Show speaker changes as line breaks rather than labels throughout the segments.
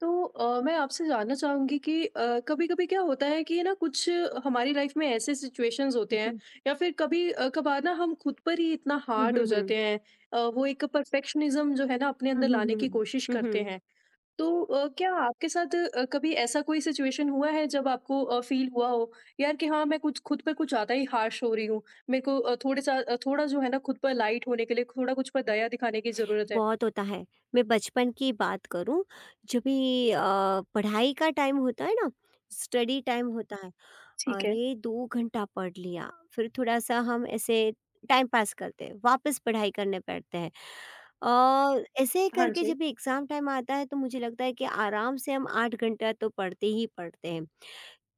तो मैं आपसे जानना चाहूँगी कि कभी-कभी क्या होता है कि ना कुछ हमारी लाइफ में ऐसे सिचुएशंस होते हैं
हुँ,
या फिर कभी कभार ना हम खुद पर ही इतना
हुँ,
हार्ड हो
हुँ, हुँ।
जाते हैं। वो एक परफेक्शनिज्म जो है ना अपने
हुँ,
अंदर
हुँ, हुँ,
लाने
हुँ।
की कोशिश
हुँ,
करते
हुँ।
हैं। तो क्या आपके साथ कभी ऐसा कोई सिचुएशन हुआ है जब आपको फ़ील हुआ हो यार कि हाँ, मैं कुछ खुद पर कुछ ज़्यादा ही हार्श हो रही हूँ। मेरे को थोड़े सा थोड़ा जो है ना खुद पर लाइट होने के लिए थोड़ा कुछ पर दया दिखाने की ज़रूरत है।
बहुत होता है। मैं बचपन की बात करूँ, जब भी पढ़ाई का टाइम होता है ना, स्टडी टाइम होता है,
ठीक है।
अरे 2 घंटा पढ़ लिया, फिर थोड़ा-सा हम ऐसे टाइम पास करते हैं, वापस पढ़ाई करने बैठते हैं। ऐसे ही
हाँ
करके
जी।
जब भी एग्ज़ाम टाइम आता है, तो मुझे लगता है कि आराम से हम 8 घंटा तो पढ़ते ही पढ़ते हैं।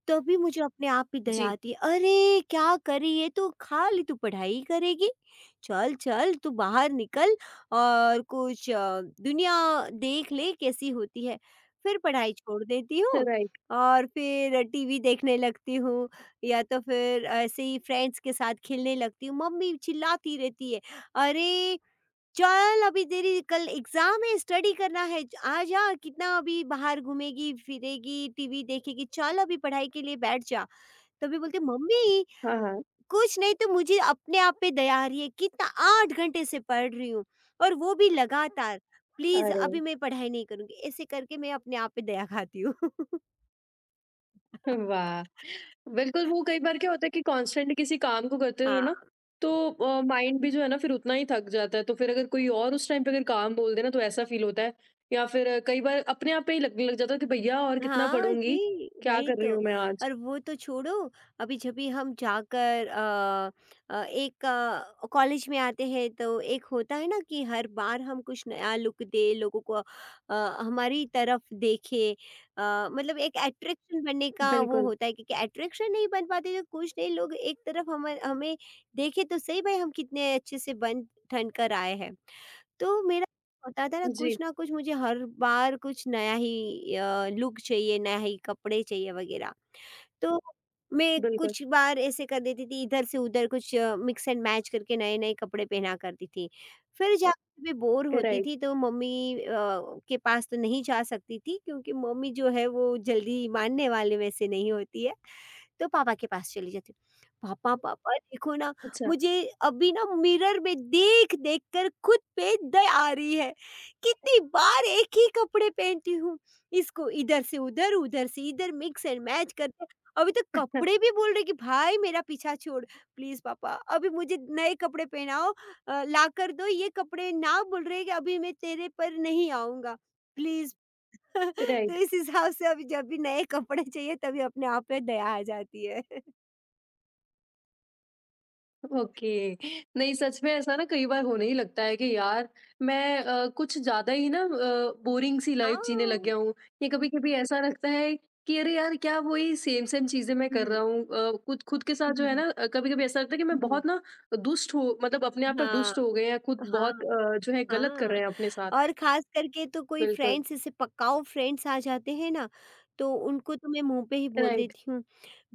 तभी मुझे अपने आप पे दया
जी।
आती है, "अरे! क्या करी ये तो खाली तू पढ़ाई करेगी? चल, चल तू बाहर निकल और कुछ दुनिया देख ले कैसी होती है।" फिर पढ़ाई छोड़ देती हूँ
राइट।
और फिर टीवी देखने लगती हूँ या तो फिर ऐसे ही फ्रेंड्स के साथ खेलने लगती हूँ। मम्मी चिल्लाती रहती है, "अरे! चल अभी तेरी कल एग्जाम है स्टडी करना है आ जा कितना अभी बाहर घूमेगी फिरेगी टीवी देखेगी चल अभी पढ़ाई के लिए बैठ जा तो मैं बोलती मम्मी
हाँ, हाँ।
कुछ नहीं तो मुझे अपने आप पे दया आ रही है कितना 8 घंटे से पढ़ रही हूँ और वो भी लगातार प्लीज
अरे
अभी मैं पढ़ाई नहीं करूंगी ऐसे करके मैं अपने आप पे दया खाती हूँ
वाह! बिल्कुल, वो कई बार क्या होता है कि कांस्टेंट किसी काम को करते रहो
हाँ
ना, तो माइंड भी जो है ना फिर उतना ही थक जाता है। तो फिर अगर कोई और उस टाइम पे अगर काम बोल दे ना तो ऐसा फील होता है या फिर कई बार अपने आप पे ही लगने लग जाता है कि भैया और कितना
हाँ
पढ़ूँगी?
जी,
क्या
वही
कर
तो।
रही हूँ मैं आज?
और वो तो छोड़ो, अभी जब भी हम जाकर एक कॉलेज में आते हैं तो एक होता है ना कि हर बार हम कुछ नया लुक दें, लोगों को हमारी तरफ देखें। मतलब एक अट्रैक्शन बनने का वो
बिल्कुल।
होता है क्योंकि अट्रैक्शन नहीं बन पाते तो कुछ नहीं लोग एक तरफ हमें हमें देखें तो सही भाई हम कितने अच्छे से बन ठन कर आए हैं। तो मेरा होता था
जी,
ना कुछ मुझे हर बार कुछ नया ही लुक चाहिए, नया ही कपड़े चाहिए वगैरह। तो मैं
बिल्कुल।
कुछ बार ऐसे कर देती थी इधर से उधर कुछ मिक्स एंड मैच करके नए-नए कपड़े पहना करती थी। फिर जाके मैं बोर होती
राइट।
थी तो मम्मी के पास तो नहीं जा सकती थी क्योंकि मम्मी जो है वो जल्दी मानने वाले वैसे नहीं होती है। तो पापा के पास चली जाती हूँ, "पापा पापा देखो ना
अच्छा।
मुझे अभी ना मिरर में देख-देख कर खुद पे दया आ रही है। कितनी बार एक ही कपड़े पहनती हूँ, इसको इधर से उधर, उधर से इधर मिक्स एंड मैच करके अभी तो
हाँ,
कपड़े भी बोल रहे कि भाई मेरा पीछा छोड़, प्लीज़ पापा अभी मुझे नए कपड़े पहनाओ लाकर दो ये कपड़े ना बोल रहे कि अभी मैं तेरे पर नहीं आऊँगा। प्लीज़ तो
राइट।
इस हिसाब से अभी जब भी नए कपड़े चाहिए तभी अपने आप पे दया आ जाती है।
ओके। नहीं सच में ऐसा ना कई बार होने ही लगता है कि यार मैं कुछ ज्यादा ही ना बोरिंग सी लाइफ जीने लग
हाँ।
गया हूँ, या कभी कभी ऐसा लगता है कि अरे यार क्या वही सेम सेम चीजें मैं
हुँ,
कर रहा
हुँ।
हूँ खुद खुद के साथ
हुँ,
जो है
हुँ,
ना कभी कभी ऐसा लगता है कि मैं
हुँ, हुँ।
बहुत ना दुष्ट हो, मतलब अपने आप पर
हाँ।
दुष्ट हो गए हैं खुद
हाँ,
बहुत, जो है गलत कर
हाँ।
रहे हैं अपने साथ।
और ख़ास करके तो कोई
बिल्कुल।
फ्रेंड्स जैसे पक्काऊ फ्रेंड्स आ जाते हैं ना, तो उनको तो मैं मुँह पे ही बोल
राइट।
देती हूँ,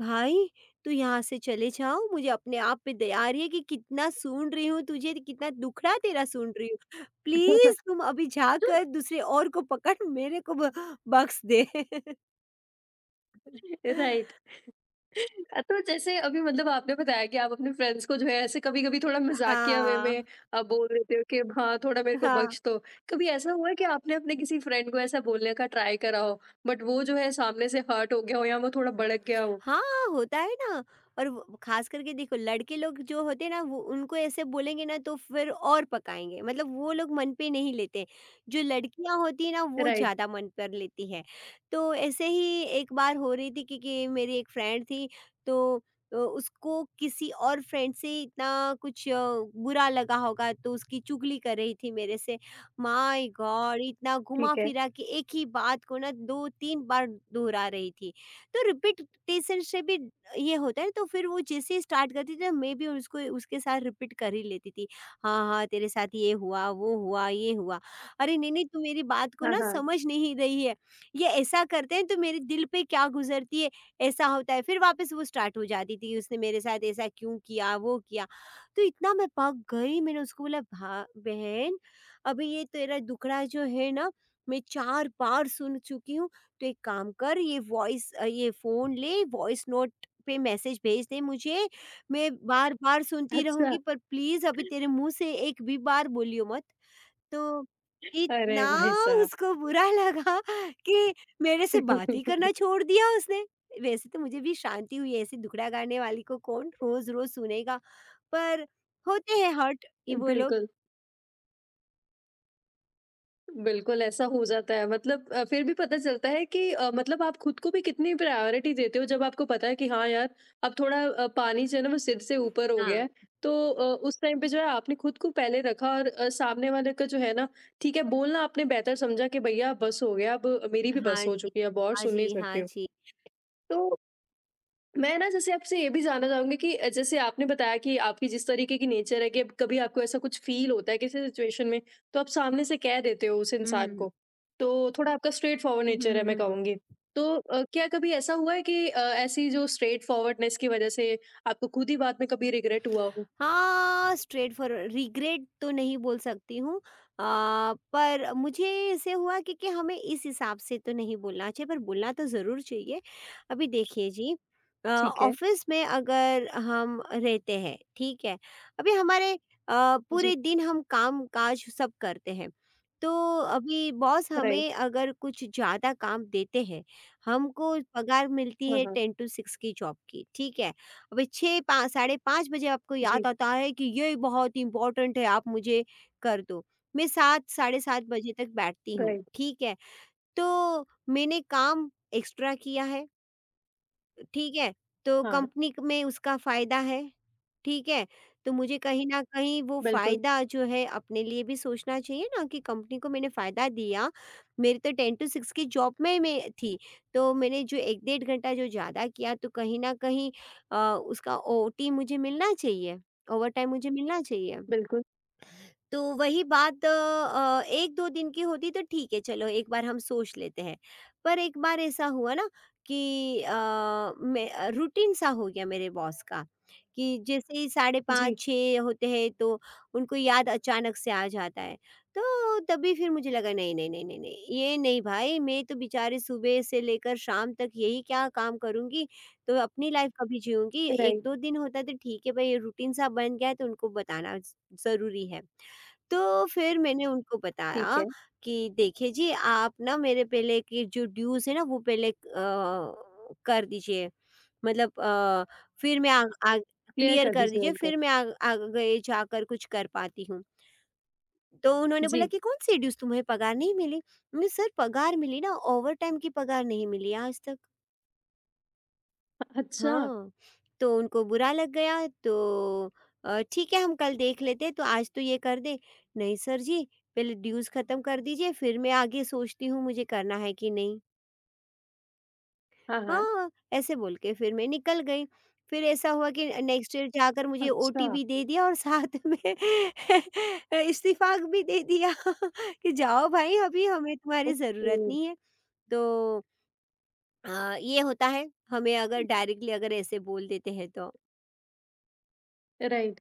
"भाई, तू यहाँ से चले जाओ, मुझे अपने आप पे दया आ रही है कि कितना सूंढ़ रही हूँ तुझे, कितना दुखड़ा तेरा सूंढ़ रही हूँ। प्लीज़ तुम अभी जाकर दूसरे और को पकड़, मेरे को ब बख्श दे।"
राइट। तो जैसे अभी मतलब आपने बताया कि आप अपने फ्रेंड्स को जो है ऐसे कभी-कभी थोड़ा मज़ाकिया वे में
हाँ,
बोल देते हो कि हाँ, थोड़ा मेरे को
हाँ।
बख्श दो। कभी ऐसा हुआ है कि आपने अपने किसी फ्रेंड को ऐसा बोलने का ट्राई करा हो, बट वो जो है सामने से हर्ट हो गया हो या वो थोड़ा भड़क गया हो?
हाँ, होता है ना और वो खास करके देखो लड़के लोग जो होते हैं ना वो उनको ऐसे बोलेंगे ना तो फिर और पकाएँगे। मतलब वो लोग मन पे नहीं लेते। जो लड़कियाँ होती हैं ना वो
राइट,
ज़्यादा मन पर लेती है। तो ऐसे ही एक बार हो रही थी कि मेरी एक फ्रेंड थी तो उसको किसी और फ्रेंड से इतना कुछ बुरा लगा होगा तो उसकी चुगली कर रही थी मेरे से। My god! इतना
ठीक है।
घुमा-फिरा के एक ही बात को ना 2-3 बार दोहरा रही थी। तो रिपीटेशन से भी ये होता है तो फिर वो जैसे ही स्टार्ट करती थी ना मैं भी उसको उसके साथ रिपीट कर ही लेती थी हाँ हाँ तेरे साथ ये हुआ वो हुआ ये हुआ अरे नहीं नहीं तू मेरी बात को
हाँ,
ना
हाँ।
समझ नहीं रही है ये ऐसा करते हैं तो मेरे दिल पे क्या गुजरती है ऐसा होता है फिर वापस वो स्टार्ट हो जाती थी उसने मेरे साथ ऐसा क्यों किया वो किया तो इतना मैं पक गई मैंने उसको बोला भा बहन अभी ये तेरा दुखड़ा जो है ना मैं 4 बार सुन चुकी हूँ तो एक काम कर ये फ़ोन ले वॉइस नोट पे मैसेज भेज दे मुझे, मैं बार-बार सुनती
अच्छा,
रहूँगी पर प्लीज़ अभी तेरे मुँह से एक भी बार बोलियो मत। तो
अरे
इतना
भाई साहब!
उसको बुरा लगा कि मेरे से बात ही करना छोड़ दिया उसने। वैसे तो मुझे भी शांति हुई ऐसी दुखड़ा गाने वाली को कौन रोज़-रोज़ सुनेगा, पर होते हैं हर्ट ये वो लोग।
बिल्कुल। बिल्कुल, ऐसा हो जाता है मतलब, फिर भी पता चलता है कि मतलब आप खुद को भी कितनी प्रायोरिटी देते हो जब आपको पता है कि हाँ यार, अब थोड़ा पानी जो है ना वो सिर से ऊपर हो गया
हाँ,
है। तो उस टाइम पे जो है आपने खुद को पहले रखा और सामने वाले का जो है ना ठीक है बोलना आपने बेहतर समझा कि भैया बस हो गया, अब मेरी भी बस
हाँ
हो
जी।
चुकी है, अब और
हाँ
सुन नहीं
जी,
सकते
हाँ
हो।
जी।
तो मैं ना जैसे आपसे ये भी जानना चाहूँगी कि जैसे आपने बताया कि आपकी जिस तरीके की नेचर है कि अब कभी आपको ऐसा कुछ फ़ील होता है किसी सिचुएशन में, तो आप सामने से कह देते हो उस
हुँ, हुँ,
इंसान
हुँ।
को। तो थोड़ा आपका स्ट्रेट फॉरवर्ड
हुँ,
नेचर है
हुँ,
मैं
हुँ, हुँ।
कहूँगी। तो क्या कभी ऐसा हुआ है कि ऐसी जो स्ट्रेट फॉरवर्डनेस की वज़ह से आपको खुद ही बाद में कभी रिग्रेट हुआ हो?
हाँ, स्ट्रेट फॉरवर्ड रिग्रेट तो नहीं बोल सकती हूँ पर मुझे ऐसे हुआ कि हमें इस हिसाब से तो नहीं बोलना चाहिए पर बोलना तो ज़रूर चाहिए। अभी देखिए जी
ठीक है।
ऑफ़िस में अगर हम रहते हैं, ठीक है? अभी हमारे
जी,
पूरे दिन हम काम-काज सब करते हैं। तो अभी बॉस
राइट।
हमें अगर कुछ ज़्यादा काम देते हैं, हमको पगार मिलती
हाँ,
है
हाँ।
10 टू 6 की जॉब की, ठीक है? अभी 6 पा साढ़े 5 बजे आपको याद
जी,
आता है कि ये बहुत इम्पोर्टेंट है आप मुझे कर दो। मैं 7 साढ़े 7 बजे तक बैठती हूँ,
राइट।
ठीक है। तो मैंने काम एक्स्ट्रा किया है, ठीक है। तो
हाँ,
कंपनी क में उसका फ़ायदा है। ठीक है? तो मुझे कहीं न कहीं वो
बिल्कुल,
फ़ायदा जो है अपने लिए भी सोचना चाहिए ना कि कंपनी को मैंने फ़ायदा दिया। मेरी तो 10 टू 6 की जॉब में मैं थी, तो मैंने जो 1 डेढ़ घंटा जो ज़्यादा किया तो कहीं न कहीं अ, उसका ओटी मुझे मिलना चाहिए, ओवरटाइम मुझे मिलना चाहिए।
बिल्कुल।
तो वही बात 1-2 दिन की होती तो ठीक है चलो एक बार हम सोच लेते हैं। पर एक बार ऐसा हुआ ना कि मैं रूटीन सा हो गया मेरे बॉस का कि जैसे ही साढ़े 5
जी,
6 होते हैं तो उनको याद अचानक से आ जाता है। तो तभी फिर मुझे लगा नहीं, नहीं, नहीं, नहीं, नहीं ये नहीं भाई मैं तो बेचारे सुबह से लेकर शाम तक यही क्या काम करूँगी? तो अपनी लाइफ कभी जीऊँगी?
राइट।
1-2 दिन होता तो ठीक है भाई ये रूटीन सा बन गया है तो उनको बताना ज़ ज़रूरी है। तो फिर मैंने उनको
ठीक है।
बताया कि देखिए जी आप ना मेरे पहले के जो ड्यूज़ है ना वो पहले कर दीजिए मतलब फिर मैं आ, आ,
क्लियर
क्लियर
कर
कर
दीजिए
दीजिए
उनको।
फिर मैं आगे जाकर कुछ कर पाती हूँ तो उन्होंने बोला
जी।
कि कौन सी ड्यूज़ तुम्हें पगार नहीं मिली मैंने सर पगार मिली ना ओवर टाइम की पगार नहीं मिली आज तक
अच्छा।
हाँ, तो उनको बुरा लग गया तो ठीक है हम कल देख लेते हैं तो आज तो ये कर दें। नहीं सर जी, पहले ड्यूज़ ख़त्म कर दीजिए फिर मैं आगे सोचती हूँ मुझे करना है कि नहीं।
हाँ, हाँ।
हाँ, ऐसे बोल के फिर मैं निकल गई। फिर ऐसा हुआ कि नेक्स्ट ईयर जाकर मुझे
अच्छा।
ओटीपी दे दिया और साथ में इस्तीफ़ा भी दे दिया कि जाओ भाई अभी हमें तुम्हारी
ओके,
ज़रूरत नहीं है। तो ये होता है हमें अगर डायरेक्टली अगर ऐसे बोल देते हैं तो।
राइट।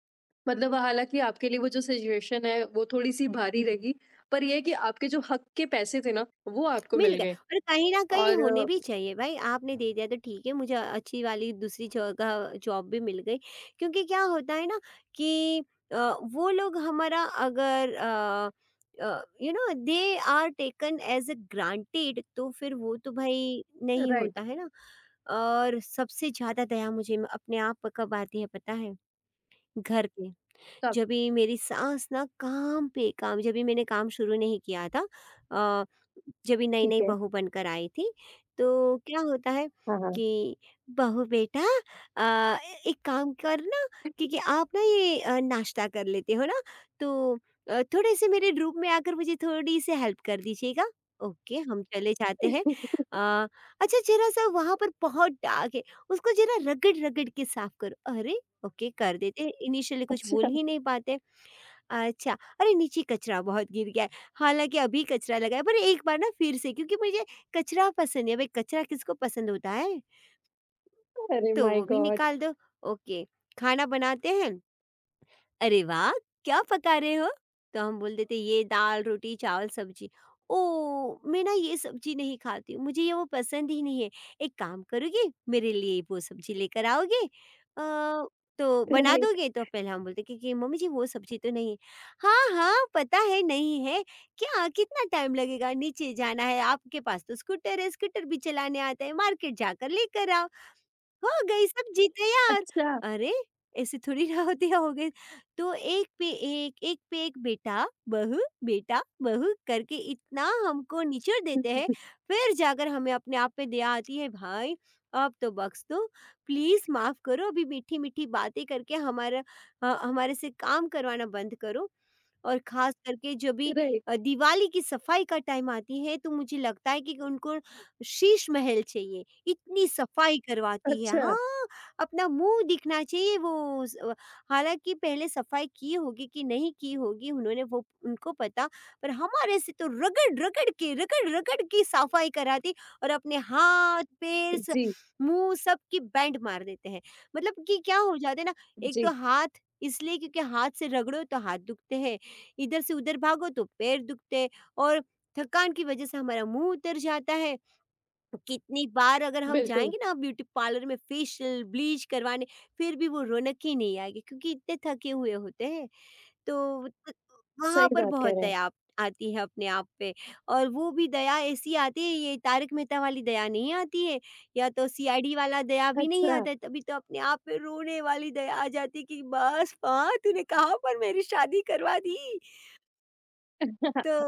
मतलब हालाँकि आपके लिए वो जो सिचुएशन है, वो थोड़ी-सी भारी रही, पर ये है कि आपके जो हक के पैसे थे ना, वो आपको
मिल
मिल
गए
गए।
और कहीं न कहीं
और
होने भी चाहिए भाई आपने दे दिया तो ठीक है मुझे अच्छी वाली दूसरी जगह जॉब भी मिल गई। क्योंकि क्या होता है ना कि अ, वो लोग हमारा अगर they are taken as a granted तो फिर वो तो भाई नहीं
राइट।
होता है ना। और सबसे ज़्यादा दया मुझे अपने आप पर कब आती है पता है? घर पे।
कब?
जब भी मेरी सास ना काम पे काम जब भी मैंने काम शुरू नहीं किया था अ, जब भी नई
ठीक
नई
है,
बहू बनकर आई थी तो क्या होता है
हाँ, हाँ।
कि बहू बेटा अ, एक काम करना क्योंकि आप ना ये नाश्ता कर लेते हो ना तो थोड़े से मेरे रूम में आकर मुझे थोड़ी सी हेल्प कर दीजिएगा ओके हम चले जाते हैं अ, अच्छा जरा सा वहाँ पर बहुत डाग है उसको जरा रगड़ रगड़ के साफ करो अरे ओके कर देते हैं। इनिशियली कुछ
अच्छा,
बोल ही नहीं पाते अच्छा अरे नीचे कचरा बहुत गिर गया है हालांकि अभी कचरा लगा है पर एक बार ना फिर से क्योंकि मुझे कचरा पसंद है भाई कचरा किसको पसंद होता है
अरे
तो
माय
वो भी
गॉड!
निकाल दो ओके खाना बनाते हैं अरे वाह! क्या पका रहे हो? तो हम बोल देते ये दाल, रोटी, चावल, सब्जी। ओह! मैं ना ये सब्जी नहीं खाती हूँ, मुझे ये वो पसंद ही नहीं है। एक काम करोगे, मेरे लिए वो सब्जी लेकर आओगे? तो बना
राइट।
दोगे? तो पहले हम बोलते कि मम्मी जी वो सब्जी तो नहीं है। हाँ, हाँ, पता है नहीं है। क्या कितना टाइम लगेगा? नीचे जाना है, आपके पास तो स्कूटर है, स्कूटर भी चलाने आता है, मार्केट जाकर लेकर आओ। हो गई सब जीते यार!
अच्छा,
अरे! ऐसे थोड़ी ना होती है हो गई। तो एक पे एक बेटा, बहू करके इतना हमको निचोड़ देते हैं, फिर जाकर हमें अपने आप पे दया आती है भाई। अब तो बख्श दो, प्लीज़ माफ़ करो अभी मीठी-मीठी बातें करके हमारा ह हमारे से काम करवाना बंद करो। और ख़ास करके जब भी
राइट।
दिवाली की सफाई का टाइम आती है तो मुझे लगता है कि उनको शीश महल चाहिए। इतनी सफाई करवाती है।
अच्छा,
हाँ, अपना मुँह दिखना चाहिए वो स अ, हालाँकि पहले सफाई की होगी कि नहीं की होगी उन्होंने वो उनको पता। पर हमारे से तो रगड़-रगड़ के सफाई कराती और अपने हाथ, पैर स
जी,
मुँह सबकी बैंड मार देते हैं। मतलब कि क्या हो जाता है ना, एक
जी,
तो हाथ इसलिए क्योंकि हाथ से रगड़ो तो हाथ दुखते हैं, इधर से उधर भागो तो पैर दुखते हैं और थकान की वजह से हमारा मुँह उतर जाता है। तो कितनी बार अगर हम
बिल्कुल,
जाएँगे ना ब्यूटी पार्लर में फेशियल, ब्लीच करवाने, फिर भी वो रौनक ही नहीं आएगी क्योंकि इतने थके हुए होते हैं। तो त वहाँ
सही
पर
बात कह
बहुत
रहे हैं।
दया आती है अपने आप पे। और वो भी दया ऐसी आती है, ये तारक मेहता वाली दया नहीं आती है, या तो सीआईडी वाला दया भी नहीं
अच्छा।
आता है, तभी तो अपने आप पे रोने वाली दया आ जाती है कि बस माँ तूने कहाँ पर मेरी शादी करवा दी। तो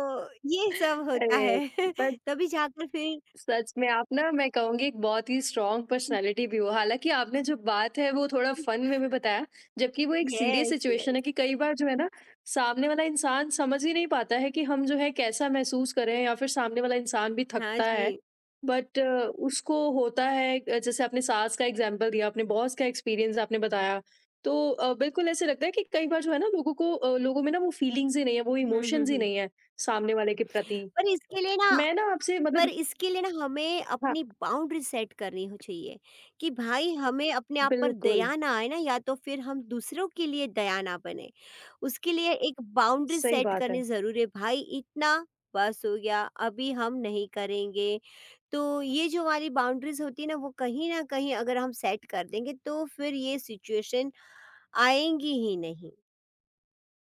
ये सब होता
अरे
है
पर
तभी जाकर फिर।
सच में आप ना मैं कहूँगी एक बहुत ही स्ट्रॉन्ग पर्सनैलिटी भी हो। हालाँकि आपने जो बात है वो थोड़ा फन वे में भी बताया, जबकि वो एक सीरियस
यस,
सिचुएशन है
यस।
कि कई बार जो है ना, सामने वाला इंसान समझ ही नहीं पाता है कि हम जो है कैसा महसूस कर रहे हैं या फिर सामने वाला इंसान भी
हाँ
थकता है।
जी।
बट उसको होता है जैसे आपने सास का एग्ज़ाम्पल दिया, अपने बॉस का एक्सपीरियंस आपने बताया। तो बिल्कुल ऐसे लगता है कि कई बार जो है ना लोगों को लोगों में ना वो फीलिंग्स ही नहीं है, वो
हुँ, हुँ,
इमोशंस ही
हुँ।
नहीं है सामने वाले के प्रति।
पर इसके लिए ना
मैं ना आपसे
पर
मतलब
इसके लिए ना हमें
हाँ।
अपनी बाउंड्री सेट करनी हो चाहिए कि भाई हमें अपने आप पर
बिल्कुल,
दया ना आए ना, या तो फिर हम दूसरों के लिए दया ना बने। उसके लिए एक बाउंड्री
सही
सेट
बात है,
करनी ज़रूरी है भाई। इतना बस हो गया, अभी हम नहीं करेंगे। तो ये जो हमारी बाउंड्रीज़ होती है ना वो कहीं न कहीं अगर हम सेट कर देंगे तो फिर ये सिचुएशन आएँगी ही नहीं।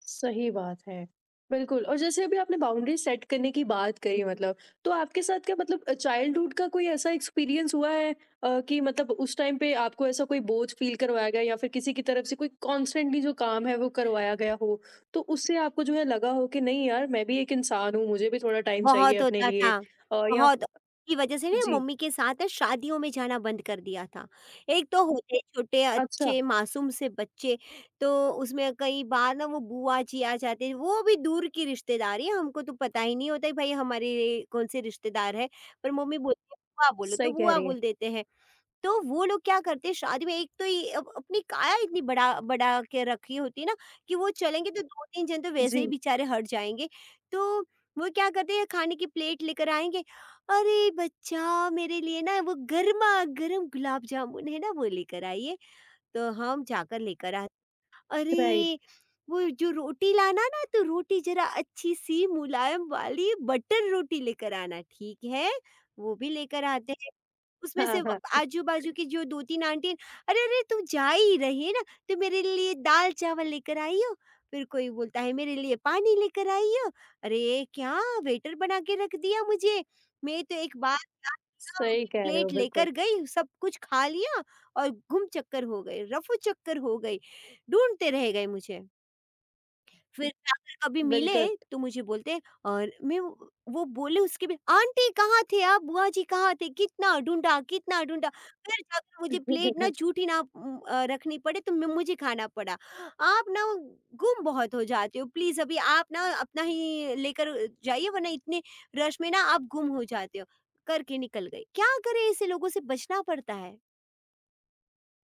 सही बात है। बिल्कुल, और जैसे अभी आपने बाउंड्री सेट करने की बात करी मतलब, तो आपके साथ क्या मतलब चाइल्डहुड का कोई ऐसा एक्सपीरियंस हुआ है कि मतलब उस टाइम पे आपको ऐसा कोई बोझ फ़ील करवाया गया या फिर किसी की तरफ से कोई कॉन्स्टेंटली जो काम है वो करवाया गया हो? तो उससे आपको जो है लगा हो कि नहीं यार मैं भी एक इंसान हूँ, मुझे भी थोड़ा टाइम चाहिए
बहुत
अपने
होता
लिए।
था,
अ, या फ
बहुत की वजह से ना
जी,
मम्मी के साथ शादियों में जाना बंद कर दिया था। एक तो होते छोटे
अच्छा,
अच्छे मासूम से बच्चे, तो उसमें कई बार ना वो बुआ जी आ जाते हैं, वो भी दूर की रिश्तेदारी है, हमको तो पता ही नहीं होता है भाई हमारे कौन से रिश्तेदार है, पर मम्मी बोलती है बुआ बोलो, तो
सही कह
बुआ
रही हैं।
बोल देते हैं। तो वो लोग क्या करते हैं शादी में, एक तो ये अपनी काया इतनी बड़ा बड़ा के रखी होती है ना कि वो चलेंगे तो दो तीन जन तो वैसे ही
जी,
बेचारे हट जाएंगे। तो वो क्या करते हैं खाने की प्लेट लेकर आएंगे। अरे बच्चा मेरे लिए ना वो गर्मा गर्म गुलाब जामुन है ना वो लेकर आइए, तो हम जाकर लेकर आते।
राइट,
अरे! वो जो रोटी लाना ना तो रोटी ज़रा अच्छी-सी मुलायम वाली बटर रोटी लेकर आना, ठीक है? वो भी लेकर आते हैं। उसमें
हाँ,
से व
हाँ,
आजू-बाजू की जो 2-3 आंटी हैं, "अरे, अरे! तुम जा ही रही है ना, तो मेरे लिए दाल-चावल लेकर आई हो।" फिर कोई बोलता है, "मेरे लिए पानी लेकर आई हो।" अरे! क्या वेटर बना के रख दिया मुझे। मैं तो एक बार क्या किया,
सही
उनकी
कह रहे हो,
प्लेट
बिल्कुल,
लेकर गई, सब कुछ खा लिया और गुम चक्कर हो गए, रफू चक्कर हो गई। ढूँढते रह गए मुझे। फिर जाकर कभी मिले
बिल्कुल।
तो मुझे बोलते, और मैं वो बोले उसके भी, आंटी कहाँ थे आप? बुआ जी कहाँ थे? कितना ढूँढा फिर जाकर मुझे प्लेट ना झूठी ना रखनी पड़े तो मैं मुझे खाना पड़ा। आप ना गुम बहुत हो जाते हो, प्लीज़ अभी आप ना अपना ही लेकर जाइए, वरना इतने रश में ना आप गुम हो जाते हो, करके निकल गए। क्या करें, ऐसे लोगों से बचना पड़ता है।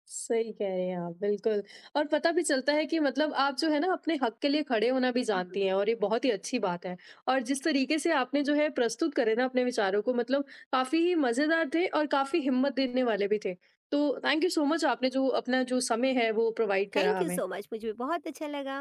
सही कह रहे हैं आप, बिल्कुल। और पता भी चलता है कि मतलब आप जो है ना अपने हक के लिए खड़े होना भी
हुँ,
जानती
हुँ।
हैं, और ये बहुत ही अच्छी बात है। और जिस तरीके से आपने जो है प्रस्तुत करे ना अपने विचारों को मतलब काफ़ी ही मज़ेदार थे और काफ़ी हिम्मत देने वाले भी थे। तो थैंक यू सो मच आपने जो अपना जो समय है वो प्रोवाइड करा
थैंक यू
हमें।
सो मच मुझे बहुत अच्छा लगा।